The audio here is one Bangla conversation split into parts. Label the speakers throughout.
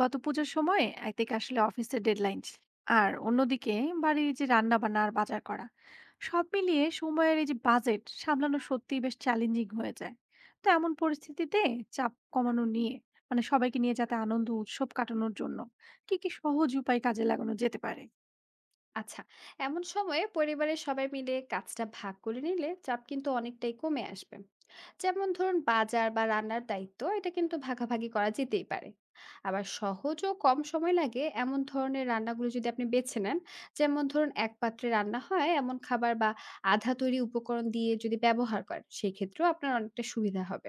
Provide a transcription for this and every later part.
Speaker 1: গত পুজোর সময় একদিকে আসলে অফিসের ডেডলাইন, আর অন্যদিকে বাড়ির এই যে রান্না বান্না আর বাজার করা, সব মিলিয়ে সময়ের এই যে বাজেট সামলানো সত্যি বেশ চ্যালেঞ্জিং হয়ে যায়। তো এমন পরিস্থিতিতে চাপ কমানো নিয়ে, মানে সবাইকে নিয়ে যাতে আনন্দ উৎসব কাটানোর জন্য কি কি সহজ উপায় কাজে লাগানো যেতে পারে?
Speaker 2: আচ্ছা, এমন সময়ে পরিবারের সবাই মিলে কাজটা ভাগ করে নিলে চাপ কিন্তু অনেকটাই কমে আসবে। যেমন ধরুন বাজার বা রান্নার দায়িত্ব এটা কিন্তু ভাগাভাগি করা যেতেই পারে। আবার সহজ ও কম সময় লাগে এমন ধরনের রান্নাগুলো যদি আপনি বেছে নেন, যেমন ধরুন এক পাত্রে রান্না হয় এমন খাবার বা আধা তৈরি উপকরণ দিয়ে যদি ব্যবহার করেন, সেক্ষেত্রেও আপনার অনেকটা সুবিধা হবে।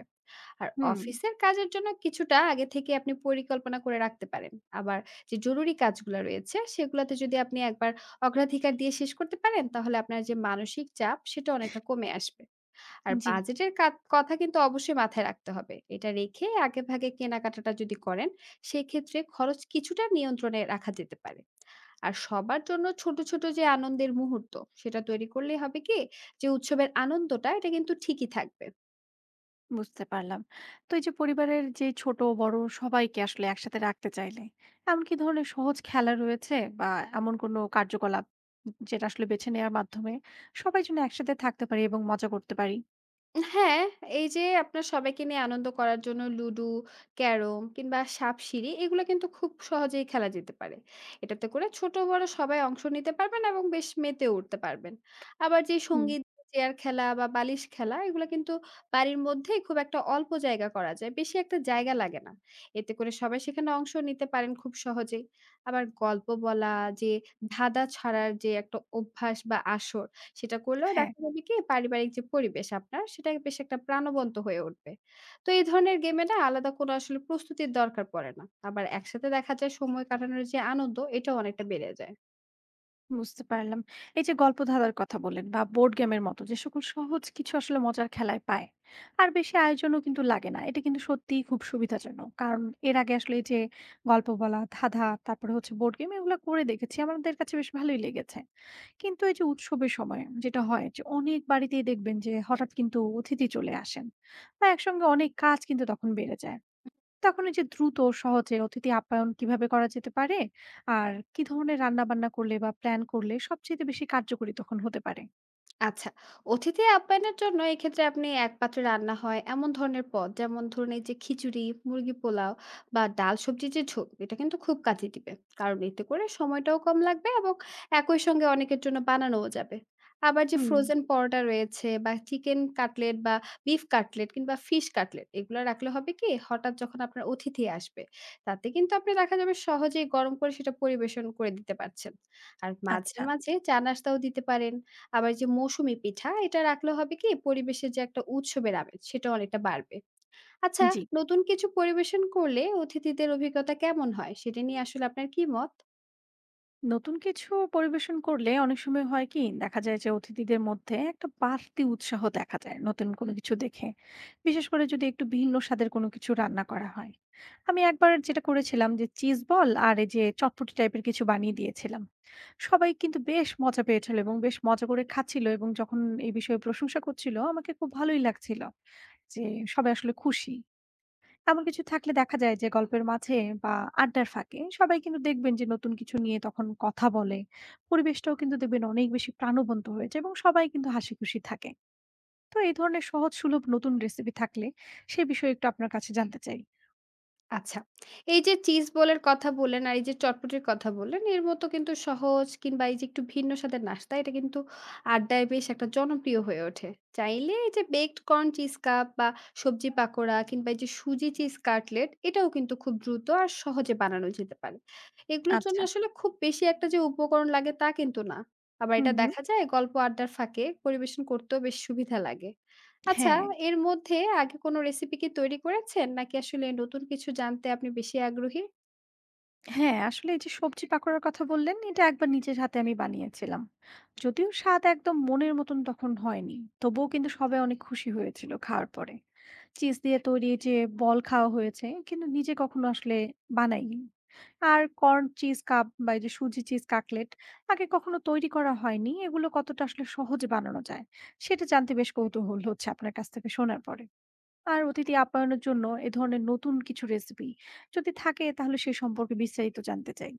Speaker 2: আর
Speaker 1: হুম।
Speaker 2: অফিসের কাজের জন্য কিছুটা আগে থেকে আপনি পরিকল্পনা করে রাখতে পারেন। আবার যে জরুরি কাজগুলা রয়েছে, সেগুলাতে যদি আপনি একবার অগ্রাধিকার দিয়ে শেষ করতে পারেন, তাহলে আপনার যে মানসিক চাপ, সেটা অনেকটা কমে আসবে। আর
Speaker 1: জি।
Speaker 2: বাজেটের কাত কথা কিন্তু অবশ্যই মাথায় রাখতে হবে। এটা রেখে আগেভাগে কেনাকাটাটা যদি করেন, সেক্ষেত্রে খরচ কিছুটা নিয়ন্ত্রণে রাখা যেতে পারে। আর সবার জন্য ছোট, ছোট যে আনন্দের মুহূর্ত, সেটা তৈরি করলেই হবে কি? যে উৎসবের আনন্দটা, এটা কিন্তু ঠিকই থাকবে।
Speaker 1: বুঝতে পারলাম। তো এই যে পরিবারের যে ছোট বড় সবাইকে আসলে একসাথে রাখতে চাইলে, এমন কি ধরনের সহজ খেলা রয়েছে, বা এমন কোনো কার্যকলাপ যেটা আসলে বেছে নেওয়ার মাধ্যমে সবাই যেন একসাথে থাকতে পারি এবং মজা করতে পারি?
Speaker 2: হ্যাঁ, এই যে আপনার সবাইকে নিয়ে আনন্দ করার জন্য লুডো, ক্যারম কিংবা সাপসিঁড়ি এগুলো কিন্তু খুব সহজেই খেলা যেতে পারে। এটাতে করে ছোট বড় সবাই অংশ নিতে পারবেন এবং বেশ মেতেও উঠতে পারবেন। আবার যে
Speaker 1: হুম।
Speaker 2: সঙ্গীত চেয়ার খেলা বা বালিশ খেলা এগুলো কিন্তু বাড়ির মধ্যেই খুব একটা অল্প জায়গা করা যায়। বেশি একটা জায়গা লাগে না। এতে করে সবাই সেখানে অংশ নিতে পারেন খুব সহজেই। আবার গল্প বলা যে ধাঁধা ছাড়ার যে একটা অভ্যাস বা আসর সেটা করলেও
Speaker 1: হ্যাঁ।
Speaker 2: দেখা যাবে কি পারিবারিক যে পরিবেশ আপনার, সেটা বেশ একটা প্রাণবন্ত হয়ে উঠবে। তো এই ধরনের গেমে না আলাদা কোনো আসলে প্রস্তুতির দরকার পড়ে না। আবার একসাথে দেখা যায় সময় কাটানোর যে আনন্দ, এটাও অনেকটা বেড়ে যায়।
Speaker 1: বুঝতে পারলাম। এই যে গল্প ধাঁধার কথা বললেন বা বোর্ড গেমের মতো যে সকল সহজ কিছু আসলে মজার খেলায় পায়, আর বেশি আয়োজনও কিন্তু লাগে না। এটা কিন্তু সত্যিই খুব সুবিধাজনক। কারণ এর আগে আসলে এই যে গল্প বলা, ধাঁধা, তারপরে হচ্ছে বোর্ড গেম এগুলা করে দেখেছি। আমাদের কাছে বেশ ভালোই লেগেছে। কিন্তু এই যে উৎসবের সময় যেটা হয় যে অনেক বাড়িতেই দেখবেন যে হঠাৎ কিন্তু অতিথি চলে আসেন, বা একসঙ্গে অনেক কাজ কিন্তু তখন বেড়ে যায়। তখন এই যে দ্রুত ও সহজে অতিথি আপ্যায়ন কিভাবে করা যেতে পারে, আর কি ধরনের রান্না বান্না করলে বা প্ল্যান করলে সবচেয়ে বেশি কার্যকরী তখন হতে পারে?
Speaker 2: আচ্ছা, অতিথি আপ্যায়নের জন্য এক্ষেত্রে আপনি এক পাত্রে রান্না হয় এমন ধরনের পদ যেমন ধরুন এই যে খিচুড়ি, মুরগি পোলাও বা ডাল সবজির যে ঝোল এটা কিন্তু খুব কাজে দিবে। কারণ এতে করে সময়টাও কম লাগবে এবং একই সঙ্গে অনেকের জন্য বানানোও যাবে। আবার যে
Speaker 1: হুম।
Speaker 2: ফ্রোজেন পরোটা রয়েছে বা চিকেন কাটলেট বা বিফ কাটলেট কিংবা ফিশ কাটলেট এগুলো রাখলে হবে কি হঠাৎ যখন আপনার অতিথি আসবে তাতে কিন্তু আপনি দেখা যাবে সহজেই গরম করে সেটা পরিবেশন করে দিতে পারছেন। আর মাঝে,
Speaker 1: আচ্ছা।
Speaker 2: মাঝে চা নাস্তাও দিতে পারেন। আবার যে মৌসুমী পিঠা এটা রাখলে হবে কি পরিবেশের যে একটা উৎসবের আমেজ সেটা অনেকটা বাড়বে। আচ্ছা,
Speaker 1: জি।
Speaker 2: নতুন কিছু পরিবেশন করলে অতিথিদের অভিজ্ঞতা কেমন হয় সেটা নিয়ে আসলে আপনার কি মত?
Speaker 1: নতুন কিছু পরিবেশন করলে অনেক সময় হয় কি দেখা যায় যে অতিথিদের মধ্যে একটা বাড়তি উৎসাহ দেখা যায় নতুন কোনো কিছু দেখে। বিশেষ করে যদি একটু ভিন্ন স্বাদের কোনো কিছু রান্না করা হয়। আমি একবার যেটা করেছিলাম যে চিজ বল আর এই যে চটপটি টাইপের কিছু বানিয়ে দিয়েছিলাম, সবাই কিন্তু বেশ মজা পেয়েছিল এবং বেশ মজা করে খাচ্ছিল, এবং যখন এই বিষয়ে প্রশংসা করছিল আমাকে খুব ভালোই লাগছিল যে সবাই আসলে খুশি। এমন কিছু থাকলে দেখা যায় যে গল্পের মাঝে বা আড্ডার ফাঁকে সবাই কিন্তু দেখবেন যে নতুন কিছু নিয়ে তখন কথা বলে, পরিবেশটাও কিন্তু দেখবেন অনেক বেশি প্রাণবন্ত হয়েছে এবং সবাই কিন্তু হাসি খুশি থাকে। তো এই ধরনের সহজ সুলভ নতুন রেসিপি থাকলে সে বিষয়ে একটু আপনার কাছে জানতে চাই।
Speaker 2: আচ্ছা। এই যে চিজ বোলের কথা বললেন আর এই যে চটপটির কথা বললেন, এর মতো কিন্তু সহজ কিংবা এই যে একটু ভিন্ন স্বাদের নাস্তা এটা কিন্তু আড্ডায় বেশ একটা জনপ্রিয় হয়ে ওঠে। চাইলে এই যে বেকড কর্ন চিজ কাপ বা সবজি পাকোড়া কিংবা এই যে সুজি চিজ কাটলেট এটাও কিন্তু খুব দ্রুত আর সহজে বানানো যেতে পারে। এগুলোর জন্য
Speaker 1: আচ্ছা।
Speaker 2: আসলে খুব বেশি একটা যে উপকরণ লাগে তা কিন্তু না। আবার
Speaker 1: হুম
Speaker 2: এটা
Speaker 1: হুম।
Speaker 2: দেখা যায় গল্প আড্ডার ফাঁকে পরিবেশন করতেও বেশ সুবিধা লাগে। আচ্ছা,
Speaker 1: হ্যাঁ।
Speaker 2: এর মধ্যে আগে কোনো রেসিপি কি তৈরি করেছেন? নাকি আসলে নতুন কিছু জানতে আপনি বেশি আগ্রহী?
Speaker 1: হ্যাঁ, আসলে এই যে সবজি পাকোড়ার কথা বললেন, এটা একবার নিজের হাতে আমি বানিয়েছিলাম। যদিও স্বাদ একদম মনের মতন তখন হয়নি। তবুও কিন্তু সবাই অনেক খুশি হয়েছিল খাওয়ার পরে। চিজ দিয়ে তৈরি যে বল খাওয়া হয়েছে, কিন্তু নিজে কখনো আসলে বানাইনি। আর কর্ন চিজ কাপ বা এই যে সুজি চিজ কাটলেট আগে কখনো তৈরি করা হয়নি। এগুলো কতটা আসলে সহজে বানানো যায়, সেটা জানতে বেশ কৌতূহল হচ্ছে আপনার কাছ থেকে শোনার পরে। আর অতিথি আপ্যায়নের জন্য এ ধরনের নতুন কিছু রেসিপি যদি থাকে তাহলে সে সম্পর্কে বিস্তারিত জানতে চাই।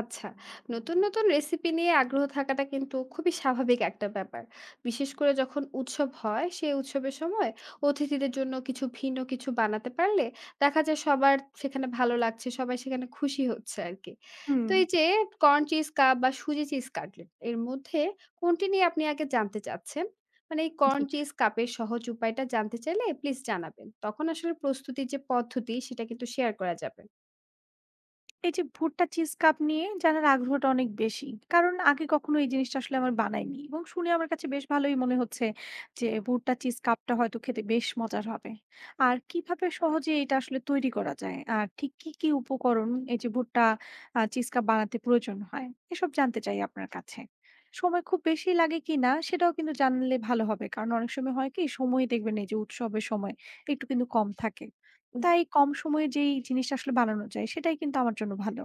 Speaker 2: আচ্ছা। নতুন, নতুন রেসিপি নিয়ে আগ্রহ থাকাটা কিন্তু খুবই স্বাভাবিক একটা ব্যাপার। বিশেষ করে যখন উৎসব হয়, সেই উৎসবের সময় অতিথিদের জন্য কিছু ভিন্ন কিছু বানাতে পারলে দেখা যায় সবার সেখানে ভালো লাগছে, সবাই সেখানে খুশি হচ্ছে আরকি।
Speaker 1: হুম।
Speaker 2: তো এই যে কর্ন চিজ কাপ বা সুজি চিজ কাটলেট এর মধ্যে কোনটি নিয়ে আপনি আগে জানতে চাচ্ছেন? মানে এই
Speaker 1: জি।
Speaker 2: কর্ন চিজ কাপের সহজ উপায়টা জানতে চাইলে প্লিজ জানাবেন। তখন আসলে প্রস্তুতির যে পদ্ধতি সেটা কিন্তু শেয়ার করা যাবে।
Speaker 1: এই যে ভুট্টা চিজ কাপ নিয়ে জানার আগ্রহটা অনেক বেশি। কারণ আগে কখনো এই জিনিসটা আসলে আমার বানাইনি, এবং শুনে আমার কাছে বেশ ভালোই মনে হচ্ছে যে ভুট্টা চিজ কাপটা হয়তো খেতে বেশ মজার হবে। আর কিভাবে সহজে এটা আসলে তৈরি করা যায়? আর ঠিক কি উপকরণ এই যে ভুট্টা চিজ কাপ বানাতে প্রয়োজন হয়? এসব জানতে চাই আপনার কাছে। সময় খুব বেশি লাগে কিনা সেটাও কিন্তু জানলে ভালো হবে। কারণ অনেক সময় হয় কি সময় দেখবেন এই যে উৎসবের সময় একটু কিন্তু কম থাকে। তাই কম সময়ে যেই জিনিসটা আসলে বানানো যায় সেটাই কিন্তু আমার জন্য ভালো।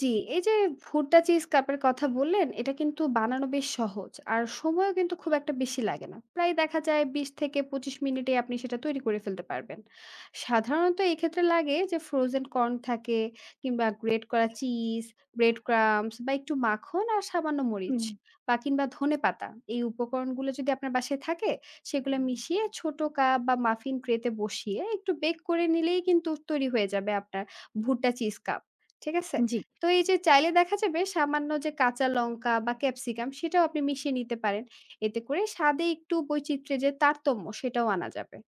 Speaker 2: জি, এই যে ভুট্টা চিজ কাপের কথা বললেন, এটা কিন্তু বানানো বেশ সহজ। আর সময়ও কিন্তু খুব একটা বেশি লাগে না। প্রায় দেখা যায় ২০ থেকে ২৫ মিনিটে আপনি সেটা তৈরি করে ফেলতে পারবেন। সাধারণত এক্ষেত্রে লাগে যে ফ্রোজেন কর্ন থাকে কিংবা গ্রেট করা চিজ, ব্রেড ক্রাম্বস বা একটু মাখন আর সামান্য মরিচ
Speaker 1: হুম।
Speaker 2: কিংবা ধনেপাতা। এই উপকরণগুলো যদি আপনার বাসায় থাকে, সেগুলো মিশিয়ে ছোট কাপ বা মাফিন ট্রেতে বসিয়ে একটু বেক করে নিলেই কিন্তু তৈরি হয়ে যাবে আপনার ভুট্টা চিজ কাপ। ঠিক আছে?
Speaker 1: জি।
Speaker 2: তো এই যে চাইলে দেখা যাবে সামান্য যে কাঁচা লঙ্কা বা ক্যাপসিকাম সেটাও আপনি মিশিয়ে নিতে পারেন। এতে করে স্বাদে একটু বৈচিত্র্যের যে তারতম্য সেটাও আনা যাবে।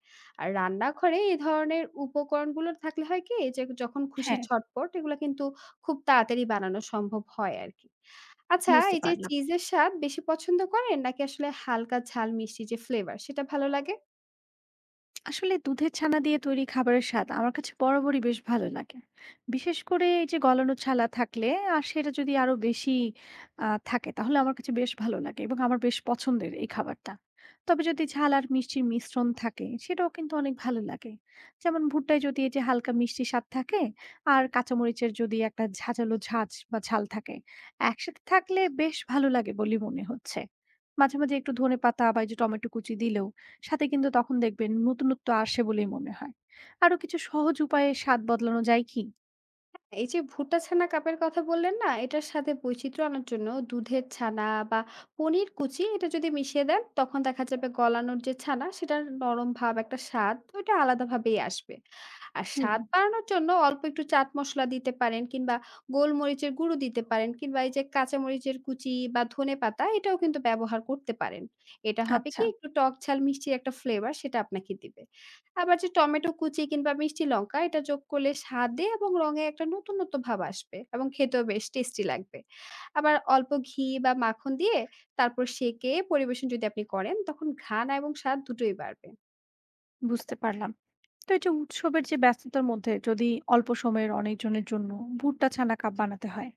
Speaker 2: আর রান্নাঘরে এই ধরনের উপকরণগুলো থাকলে হয় কি যে যখন খুশি
Speaker 1: হ্যাঁ।
Speaker 2: ঝটপট এগুলা কিন্তু খুব তাড়াতাড়ি বানানো সম্ভব হয় আরকি। আচ্ছা,
Speaker 1: বুঝতে
Speaker 2: এই যে
Speaker 1: পারলাম।
Speaker 2: চিজের স্বাদ বেশি পছন্দ করেন নাকি আসলে হালকা ঝাল মিষ্টি যে ফ্লেভার সেটা ভালো লাগে?
Speaker 1: আসলে দুধের ছানা দিয়ে তৈরি খাবারের স্বাদ আমার কাছে বরাবরই বেশ ভালো লাগে, বিশেষ করে এই যে গলানো ছালা থাকলে। আর সেটা যদি আরো বেশি থাকে তাহলে আমার কাছে বেশ ভালো লাগে, এবং আমার বেশ পছন্দের এই খাবারটা। তবে যদি ঝাল আর মিষ্টির মিশ্রণ থাকে সেটাও কিন্তু অনেক ভালো লাগে। যেমন ভুট্টায় যদি এই যে হালকা মিষ্টি স্বাদ থাকে, আর কাঁচামরিচের যদি একটা ঝাঁঝালো ঝাঁঝ বা ঝাল থাকে, একসাথে থাকলে বেশ ভালো লাগে বলে মনে হচ্ছে। মাঝে মাঝে একটু ধনেপাতা বা এই যে টমেটো কুচি দিলেও সাথে কিন্তু তখন দেখবেন নতুনত্ব আসে বলেই মনে হয়। আরো কিছু সহজ উপায়ে স্বাদ বদলানো যায় কি?
Speaker 2: এই যে ভুট্টা ছানা কাপের কথা বললেন না, এটার সাথে বৈচিত্র্য আনার জন্য দুধের ছানা বা পনির কুচি এটা যদি মিশিয়ে দেন তখন দেখা যাবে গলানোর যে ছানা সেটার নরম ভাব একটা স্বাদ ওইটা আলাদাভাবেই আসবে। আর
Speaker 1: হুম।
Speaker 2: স্বাদ বাড়ানোর জন্য অল্প একটু চাট মসলা দিতে পারেন কিংবা গোলমরিচের গুঁড়ো দিতে পারেন কিংবা এই যে কাঁচামরিচের কুচি বা ধনেপাতা এটাও কিন্তু ব্যবহার করতে পারেন। এটা হবে
Speaker 1: আচ্ছা।
Speaker 2: কি একটু টক ঝাল মিষ্টির একটা ফ্লেভার সেটা আপনাকে দিবে। আবার যে টমেটো কুচি কিংবা মিষ্টি লঙ্কা এটা যোগ করলে স্বাদে এবং রঙে একটা নতুনত্ব ভাব আসবে এবং খেতেও বেশ টেস্টি লাগবে। আবার অল্প ঘি বা মাখন দিয়ে তারপর সেঁকে পরিবেশন যদি আপনি করেন তখন ঘ্রাণ এবং স্বাদ দুটোই বাড়বে।
Speaker 1: বুঝতে পারলাম। তো এই যে উৎসবের যে ব্যস্ততার মধ্যে যদি অল্প সময়ের অনেকজনের জন্য ভুট্টা ছানা কাপ বানাতে হয়,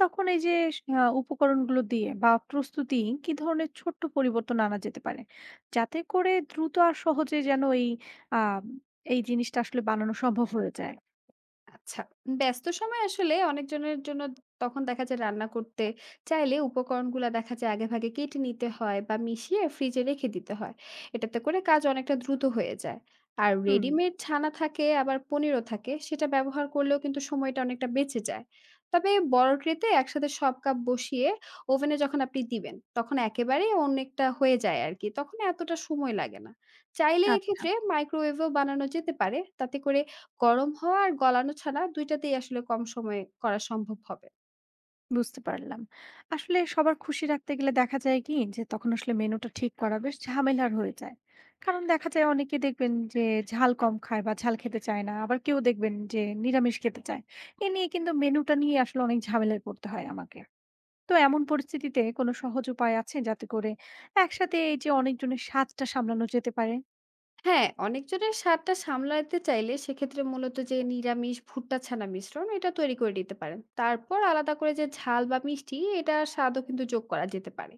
Speaker 1: তখন এই যে উপকরণগুলো দিয়ে বা প্রস্তুতি কি ধরনের ছোট্ট পরিবর্তন আনা যেতে পারে, যাতে করে দ্রুত আর সহজে যেন এই আহ এই জিনিসটা আসলে বানানো সম্ভব হয়ে যায়?
Speaker 2: আচ্ছা। ব্যস্ত সময়ে আসলে অনেকজনের জন্য তখন দেখা যায় রান্না করতে চাইলে উপকরণগুলা দেখা যায় আগেভাগে কেটে নিতে হয় বা মিশিয়ে ফ্রিজে রেখে দিতে হয়। এটাতে করে কাজ অনেকটা দ্রুত হয়ে যায়। আর
Speaker 1: হুম।
Speaker 2: রেডিমেড ছানা থাকে আবার পনিরও থাকে। সেটা ব্যবহার করলেও কিন্তু সময়টা অনেকটা বেঁচে যায়। তবে বড় ট্রেতে একসাথে সব কাপ বসিয়ে ওভেনে যখন আপনি দিবেন, তখন একেবারেই অনেকটা হয়ে যায় আরকি। তখন এতটা সময় লাগে না। চাইলে
Speaker 1: আচ্ছা।
Speaker 2: এক্ষেত্রে মাইক্রোওয়েভেও বানানো যেতে পারে। তাতে করে গরম হওয়া আর গলানো ছাড়া ২ টাতেই আসলে কম সময়ে করা সম্ভব হবে।
Speaker 1: বুঝতে পারলাম। আসলে সবার খুশি রাখতে গেলে দেখা যায় কি যে তখন আসলে মেনুটা ঠিক করা বেশ ঝামেলার হয়ে যায়। কারণ দেখা যায় অনেকে দেখবেন যে ঝাল কম খায় বা ঝাল খেতে চায় না। আবার কেউ দেখবেন যে নিরামিষ খেতে চায়। এ নিয়ে কিন্তু মেনুটা নিয়ে আসলে অনেক ঝামেলায় পড়তে হয় আমাকে। তো এমন পরিস্থিতিতে কোনো সহজ উপায় আছে যাতে করে একসাথে এই যে অনেকজনের স্বাদটা সামলানো যেতে পারে?
Speaker 2: হ্যাঁ, অনেকজনের স্বাদটা সামলাতে চাইলে সেক্ষেত্রে মূলত যে নিরামিষ ভুট্টা ছানা মিশ্রণ এটা তৈরি করে নিতে পারেন। তারপর আলাদা করে যে ঝাল বা মিষ্টি এটার স্বাদও কিন্তু যোগ করা যেতে পারে।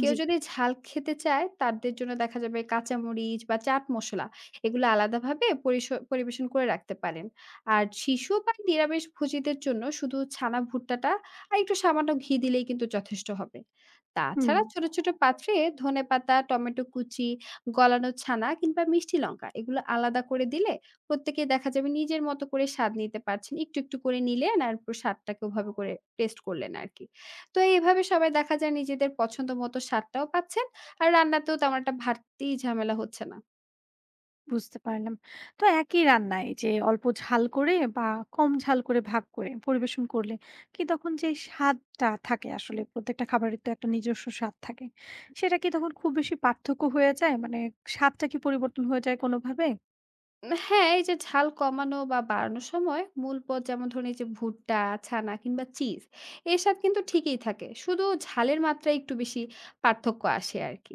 Speaker 2: কেউ
Speaker 1: জি।
Speaker 2: যদি ঝাল খেতে চায় তাদের জন্য দেখা যাবে কাঁচামরিচ বা চাট মসলা এগুলো আলাদাভাবে পরিবেশন করে রাখতে পারেন। আর শিশু বা নিরামিষ ভোজীদের জন্য শুধু ছানা ভুট্টাটা আর একটু সামান্য ঘি দিলেই কিন্তু যথেষ্ট হবে।
Speaker 1: হুম।
Speaker 2: তাছাড়া ছোট, ছোট পাত্রে ধনেপাতা, টমেটো কুচি গলানো ছানা কিংবা মিষ্টি লঙ্কা এগুলো আলাদা করে দিলে প্রত্যেকে দেখা যাবে নিজের মতো করে স্বাদ নিতে পারছেন। একটু, একটু করে নিলেন আর পুরো স্বাদটাকে ওভাবে করে টেস্ট করলেন আরকি। তো এভাবে সবাই দেখা যায় নিজেদের পছন্দ মতো স্বাদটাও পাচ্ছেন আর রান্নাতেও তেমন একটা বাড়তি ঝামেলা হচ্ছে না।
Speaker 1: বুঝতে পারলাম। তো একই রান্না এই যে অল্প ঝাল করে বা কম ঝাল করে ভাগ করে পরিবেশন করলে, কি তখন যে স্বাদটা থাকে আসলে প্রত্যেকটা খাবারের তো একটা নিজস্ব স্বাদ থাকে। সেটা কি তখন খুব বেশি পার্থক্য হয়ে যায়? মানে স্বাদটা কি পরিবর্তন হয়ে যায় কোনোভাবে?
Speaker 2: হ্যাঁ, এই যে ঝাল কমানো বা বাড়ানোর সময় মূল পদ যেমন ধরুন এই যে ভুট্টা, ছানা কিংবা চিজ এর স্বাদ কিন্তু ঠিকই থাকে। শুধু ঝালের মাত্রা একটু বেশি পার্থক্য আসে আরকি।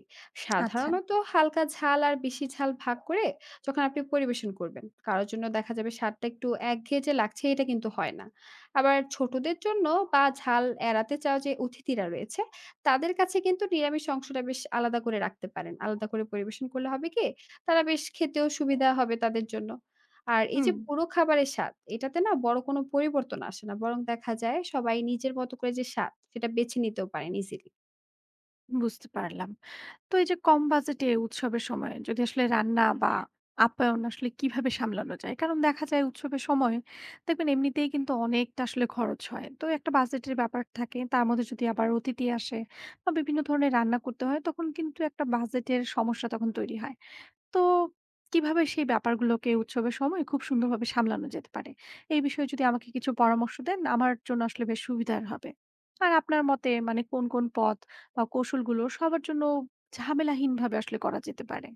Speaker 1: আচ্ছা।
Speaker 2: সাধারণত হালকা ঝাল আর বেশি ঝাল ভাগ করে যখন আপনি পরিবেশন করবেন, কারো জন্য দেখা যাবে স্বাদটা একটু একঘেয়ে যে লাগছে এটা কিন্তু হয় না। আবার ছোটদের জন্য বা ঝাল এড়াতে চাওয়া যে অতিথিরা রয়েছে, তাদের কাছে কিন্তু নিরামিষ অংশটা বেশ আলাদা করে রাখতে পারেন। আলাদা করে পরিবেশন করলে হবে কি তারা বেশ খেতেও সুবিধা হবে তাদের জন্য। আর এই যে
Speaker 1: হুম।
Speaker 2: পুরো খাবারের স্বাদ, এটাতে না বড় কোনো পরিবর্তন আসে না। বরং দেখা যায় সবাই নিজের মতো করে যে স্বাদ, সেটা বেছে নিতেও পারেন ইজিলি।
Speaker 1: বুঝতে পারলাম। তো এই যে কম বাজেটে উৎসবের সময় যদি আসলে রান্না বা আপ্যায়ন আসলে কিভাবে সামলানো যায়? কারণ দেখা যায় উৎসবের সময় দেখবেন এমনিতেই কিন্তু অনেকটা আসলে খরচ হয়। তো একটা বাজেটের ব্যাপার থাকে। তার মধ্যে যদি আবার অতিথি আসে বা বিভিন্ন ধরনের রান্না করতে হয় তখন কিন্তু একটা বাজেটের সমস্যা তখন তৈরি হয়। তো কিভাবে সেই ব্যাপারগুলোকে উৎসবের সময় খুব সুন্দরভাবে সামলানো যেতে পারে? এই বিষয়ে যদি আমাকে কিছু পরামর্শ দেন, আমার জন্য আসলে বেশ সুবিধার হবে। আর আপনার মতে মানে কোন পথ বা কৌশলগুলো সবার জন্য ঝামেলাহীনভাবে আসলে করা যেতে পারে?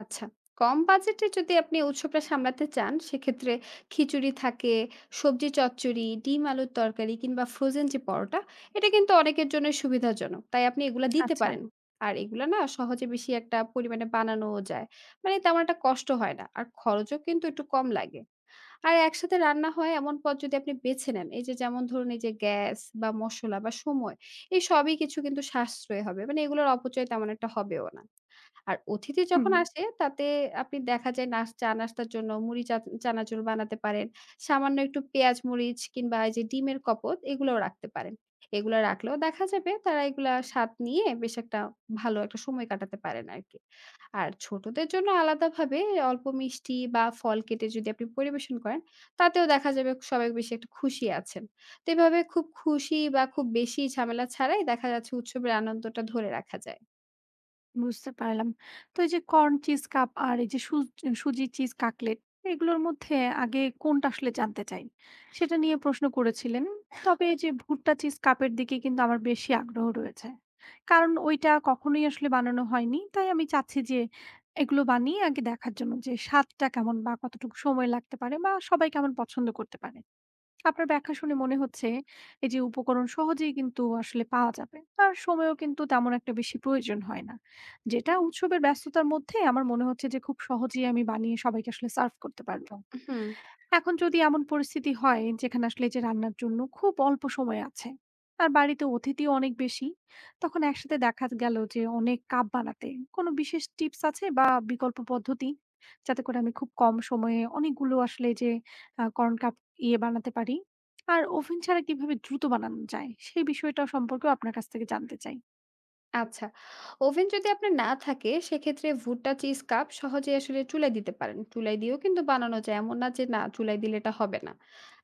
Speaker 2: আচ্ছা। কম বাজেটে যদি আপনি উৎসবটা সামলাতে চান, সেক্ষেত্রে খিচুড়ি থাকে, সবজি চচ্চড়ি, ডিম আলুর তরকারি কিংবা ফ্রোজেন যে পরোটা, এটা কিন্তু অনেকের জন্যই সুবিধাজনক। তাই আপনি এগুলা দিতে
Speaker 1: আচ্ছা।
Speaker 2: পারেন। আর এগুলা না সহজে বেশি একটা পরিমাণে বানানোও যায়। মানে তেমন একটা কষ্ট হয় না। আর খরচও কিন্তু একটু কম লাগে। আর একসাথে রান্না হয় এমন পদ যদি আপনি বেছে নেন, এই যে যেমন ধরুন এই যে গ্যাস বা মসলা বা সময়, এই সবই কিছু কিন্তু সাশ্রয় হবে। মানে এগুলোর অপচয় তেমন একটা হবেও না। আর অতিথি
Speaker 1: হুম।
Speaker 2: যখন আসে তাতে আপনি দেখা যায় চা-নাস্তার জন্য মুড়ি চা চানাচুর বানাতে পারেন। সামান্য একটু পেঁয়াজ-মরিচ কিংবা এই যে ডিমের কপোত এগুলোও রাখতে পারেন। এগুলো রাখলেও দেখা যাবে তারা এগুলা স্বাদ নিয়ে বেশ একটা ভালো একটা সময় কাটাতে পারেন আরকি। আর ছোটদের জন্য আলাদাভাবে অল্প মিষ্টি বা ফল কেটে যদি আপনি পরিবেশন করেন, তাতেও দেখা যাবে সবাই বেশি একটা খুশি আছেন। তো এভাবে খুব খুশি বা খুব বেশি ঝামেলা ছাড়াই দেখা যাচ্ছে উৎসবের আনন্দটা ধরে রাখা যায়।
Speaker 1: বুঝতে পারলাম। তো এই যে কর্ন চিজ কাপ আর এই যে সুজি চিজ কাকলেট এগুলোর মধ্যে আগে কোনটা আসলে জানতে চাই। সেটা নিয়ে প্রশ্ন করেছিলেন। তবে এই যে ভুট্টা চিজ কাপের দিকে কিন্তু আমার বেশি আগ্রহ রয়েছে। কারণ ওইটা কখনোই আসলে বানানো হয়নি। তাই আমি চাচ্ছি যে এগুলো বানিয়ে আগে দেখার জন্য যে স্বাদটা কেমন বা কতটুকু সময় লাগতে পারে বা সবাই কেমন পছন্দ করতে পারে। আপনার ব্যাখ্যা শুনে মনে হচ্ছে এই যে উপকরণ সহজেই কিন্তু আসলে পাওয়া যাবে, আর সময়ও কিন্তু তেমন একটা বেশি প্রয়োজন হয় না, যেটা উৎসবের ব্যস্ততার মধ্যে আমার মনে হচ্ছে যে খুব সহজেই আমি বানিয়ে সবাইকে আসলে সার্ভ করতে পারবো।
Speaker 2: হুম।
Speaker 1: এখন যদি এমন পরিস্থিতি হয় যেখানে আসলে এই যে রান্নার জন্য খুব অল্প সময় আছে আর বাড়িতে অতিথিও অনেক বেশি, তখন একসাথে দেখা গেল যে অনেক কাপ বানাতে কোনো বিশেষ টিপস আছে বা বিকল্প পদ্ধতি, যাতে করে আমি খুব কম সময়ে অনেকগুলো আসলে যে কর্ন কাপ বানাতে পারি? আর ওভেন ছাড়া কিভাবে দ্রুত বানানো যায় সেই বিষয়টা সম্পর্কেও আপনার কাছ থেকে জানতে চাই।
Speaker 2: আচ্ছা, ওভেন যদি আপনার না থাকে সেক্ষেত্রে ভুট্টা চিজ কাপ সহজেই আসলে চুলায় দিতে পারেন। চুলায় দিয়েও কিন্তু বানানো যায়। এমন না যে না চুলায় দিলে এটা হবে না।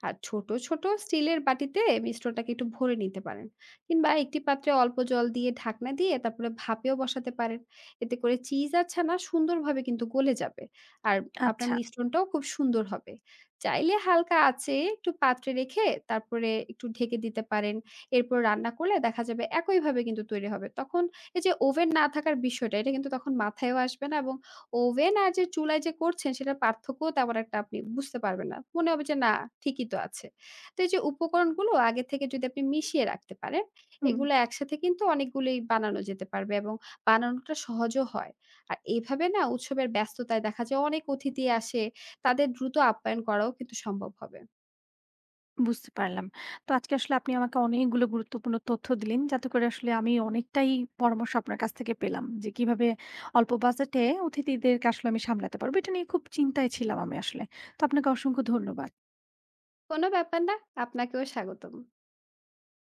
Speaker 2: আর ছোট, ছোট স্টিলের বাটিতে মিশ্রণটাকে একটু ভরে নিতে পারেন। কিংবা একটি পাত্রে অল্প জল দিয়ে ঢাকনা দিয়ে তারপরে ভাপেও বসাতে পারেন। এতে করে চিজ আর ছানা সুন্দরভাবে কিন্তু গলে যাবে। আর আপনার
Speaker 1: আচ্ছা।
Speaker 2: মিশ্রণটাও খুব সুন্দর হবে। চাইলে হালকা আঁচে একটু পাত্রে রেখে তারপরে একটু ঢেকে দিতে পারেন। এরপর রান্না করলে দেখা যাবে একইভাবে কিন্তু তৈরি হবে। তখন এই যে ওভেন না থাকার বিষয়টা, এটা কিন্তু তখন মাথায়ও আসবে না এবং ওভেন আর যে চুলায় যে করছেন সেটার পার্থক্যও তেমন একটা আপনি বুঝতে পারবেন না। মনে হবে যে না, ঠিকই তো আছে। তো এই যে উপকরণগুলো আগে থেকে যদি আপনি মিশিয়ে রাখতে পারেন,
Speaker 1: হুম।
Speaker 2: এগুলো একসাথে কিন্তু অনেকগুলোই বানানো যেতে পারবে এবং বানানোটা সহজও হয়। আর এভাবে না উৎসবের ব্যস্ততায় দেখা যায় অনেক অতিথি আসে, তাদের দ্রুত আপ্যায়ন করাও কিন্তু সম্ভব হবে।
Speaker 1: বুঝতে পারলাম। তো আজকে আসলে আপনি আমাকে অনেকগুলো গুরুত্বপূর্ণ তথ্য দিলেন, যাতে করে আসলে আমি অনেকটাই পরামর্শ আপনার কাছ থেকে পেলাম যে কিভাবে অল্প বাজেটে অতিথিদেরকে আসলে আমি সামলাতে পারবো। এটা নিয়ে খুব চিন্তায় ছিলাম আমি আসলে। তো আপনাকে অসংখ্য ধন্যবাদ।
Speaker 2: কোনো ব্যাপার না, আপনাকেও স্বাগতম।